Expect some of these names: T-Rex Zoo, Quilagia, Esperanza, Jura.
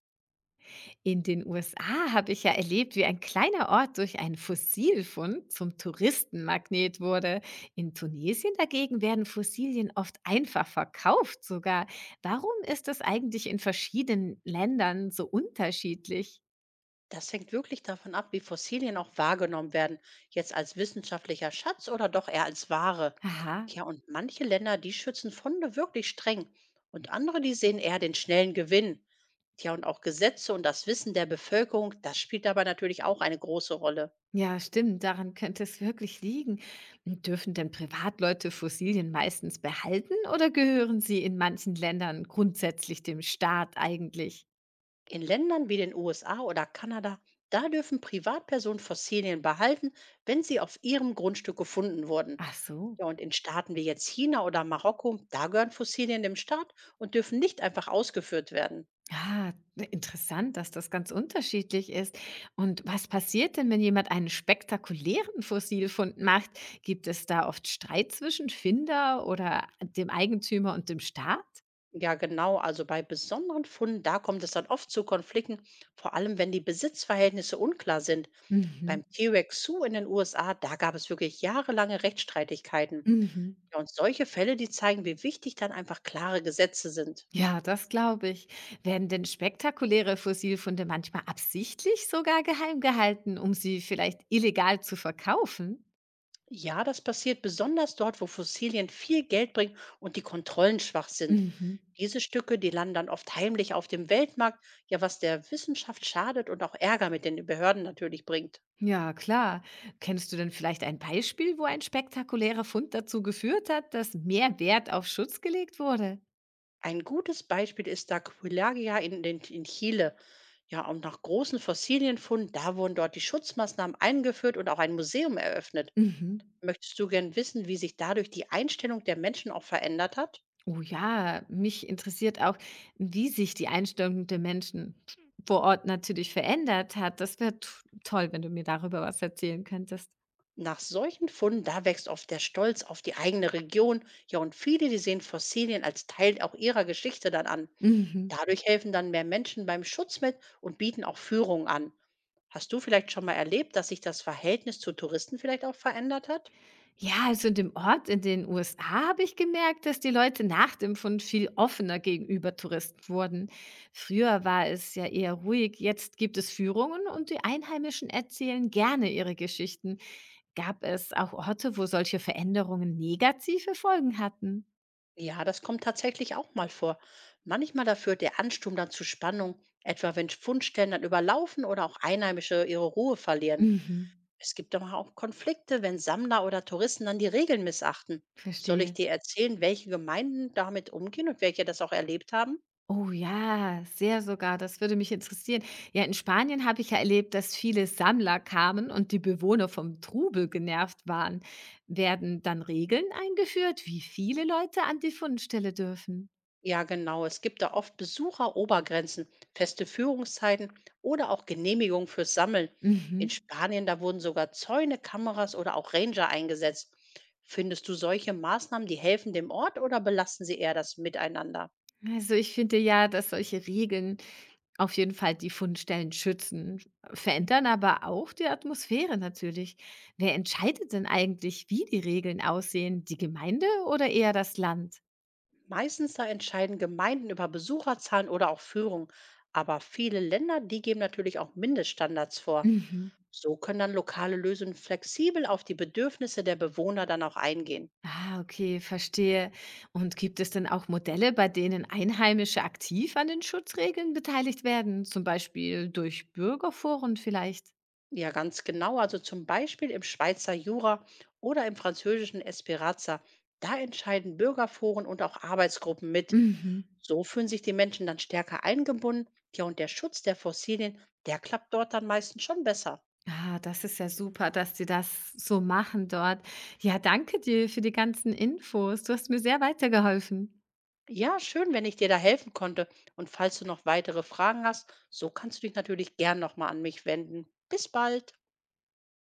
In den USA habe ich ja erlebt, wie ein kleiner Ort durch einen Fossilfund zum Touristenmagnet wurde. In Tunesien dagegen werden Fossilien oft einfach verkauft sogar. Warum ist das eigentlich in verschiedenen Ländern so unterschiedlich? Das hängt wirklich davon ab, wie Fossilien auch wahrgenommen werden, jetzt als wissenschaftlicher Schatz oder doch eher als Ware. Aha. Ja, und manche Länder, die schützen Funde wirklich streng und andere, die sehen eher den schnellen Gewinn. Ja, und auch Gesetze und das Wissen der Bevölkerung, das spielt dabei natürlich auch eine große Rolle. Ja, stimmt, daran könnte es wirklich liegen. Und dürfen denn Privatleute Fossilien meistens behalten oder gehören sie in manchen Ländern grundsätzlich dem Staat eigentlich? In Ländern wie den USA oder Kanada, da dürfen Privatpersonen Fossilien behalten, wenn sie auf ihrem Grundstück gefunden wurden. Ach so. Ja, und in Staaten wie jetzt China oder Marokko, da gehören Fossilien dem Staat und dürfen nicht einfach ausgeführt werden. Ah, ne, interessant, dass das ganz unterschiedlich ist. Und was passiert denn, wenn jemand einen spektakulären Fossilfund macht? Gibt es da oft Streit zwischen Finder oder dem Eigentümer und dem Staat? Ja, genau. Also bei besonderen Funden, da kommt es dann oft zu Konflikten, vor allem wenn die Besitzverhältnisse unklar sind. Mhm. Beim T-Rex Zoo in den USA, da gab es wirklich jahrelange Rechtsstreitigkeiten. Mhm. Ja, und solche Fälle, die zeigen, wie wichtig dann einfach klare Gesetze sind. Ja, das glaube ich. Werden denn spektakuläre Fossilfunde manchmal absichtlich sogar geheim gehalten, um sie vielleicht illegal zu verkaufen? Ja, das passiert besonders dort, wo Fossilien viel Geld bringen und die Kontrollen schwach sind. Mhm. Diese Stücke, die landen dann oft heimlich auf dem Weltmarkt, ja, was der Wissenschaft schadet und auch Ärger mit den Behörden natürlich bringt. Ja, klar. Kennst du denn vielleicht ein Beispiel, wo ein spektakulärer Fund dazu geführt hat, dass mehr Wert auf Schutz gelegt wurde? Ein gutes Beispiel ist da Quilagia in Chile. Ja, und nach großen Fossilienfunden, da wurden dort die Schutzmaßnahmen eingeführt und auch ein Museum eröffnet. Mhm. Möchtest du gern wissen, wie sich dadurch die Einstellung der Menschen auch verändert hat? Oh ja, mich interessiert auch, wie sich die Einstellung der Menschen vor Ort natürlich verändert hat. Das wäre toll, wenn du mir darüber was erzählen könntest. Nach solchen Funden, da wächst oft der Stolz auf die eigene Region. Ja, und viele, die sehen Fossilien als Teil auch ihrer Geschichte dann an. Mhm. Dadurch helfen dann mehr Menschen beim Schutz mit und bieten auch Führung an. Hast du vielleicht schon mal erlebt, dass sich das Verhältnis zu Touristen vielleicht auch verändert hat? Ja, also in dem Ort in den USA habe ich gemerkt, dass die Leute nach dem Fund viel offener gegenüber Touristen wurden. Früher war es ja eher ruhig, jetzt gibt es Führungen und die Einheimischen erzählen gerne ihre Geschichten. Gab es auch Orte, wo solche Veränderungen negative Folgen hatten? Ja, das kommt tatsächlich auch mal vor. Manchmal da führt der Ansturm dann zu Spannung, etwa wenn Fundstellen dann überlaufen oder auch Einheimische ihre Ruhe verlieren. Mhm, Es gibt aber auch Konflikte, wenn Sammler oder Touristen dann die Regeln missachten. Soll ich verstehe. dir erzählen, welche Gemeinden damit umgehen und welche das auch erlebt haben? Oh ja, sehr sogar. Das würde mich interessieren. Ja, in Spanien habe ich ja erlebt, dass viele Sammler kamen und die Bewohner vom Trubel genervt waren. Werden dann Regeln eingeführt, wie viele Leute an die Fundstelle dürfen? Ja, genau. Es gibt da oft Besucherobergrenzen, feste Führungszeiten oder auch Genehmigungen fürs Sammeln. In Mhm. Spanien, da wurden sogar Zäune, Kameras oder auch Ranger eingesetzt. Findest du solche Maßnahmen, die helfen dem Ort oder belasten sie eher das Miteinander? Also ich finde ja, dass solche Regeln auf jeden Fall die Fundstellen schützen, verändern aber auch die Atmosphäre natürlich. Wer entscheidet denn eigentlich, wie die Regeln aussehen? Die Gemeinde oder eher das Land? Meistens da entscheiden Gemeinden über Besucherzahlen oder auch Führung, aber viele Länder, die geben natürlich auch Mindeststandards vor. Mhm. So können dann lokale Lösungen flexibel auf die Bedürfnisse der Bewohner dann auch eingehen. Ah, okay, verstehe. Und gibt es denn auch Modelle, bei denen Einheimische aktiv an den Schutzregeln beteiligt werden, zum Beispiel durch Bürgerforen vielleicht? Ja, ganz genau. Also zum Beispiel im Schweizer Jura oder im französischen Esperanza. Da entscheiden Bürgerforen und auch Arbeitsgruppen mit. Mhm. So fühlen sich die Menschen dann stärker eingebunden. Ja, und der Schutz der Fossilien, der klappt dort dann meistens schon besser. Ah, das ist ja super, dass sie das so machen dort. Ja, danke dir für die ganzen Infos. Du hast mir sehr weitergeholfen. Ja, schön, wenn ich dir da helfen konnte. Und falls du noch weitere Fragen hast, so kannst du dich natürlich gern nochmal an mich wenden. Bis bald.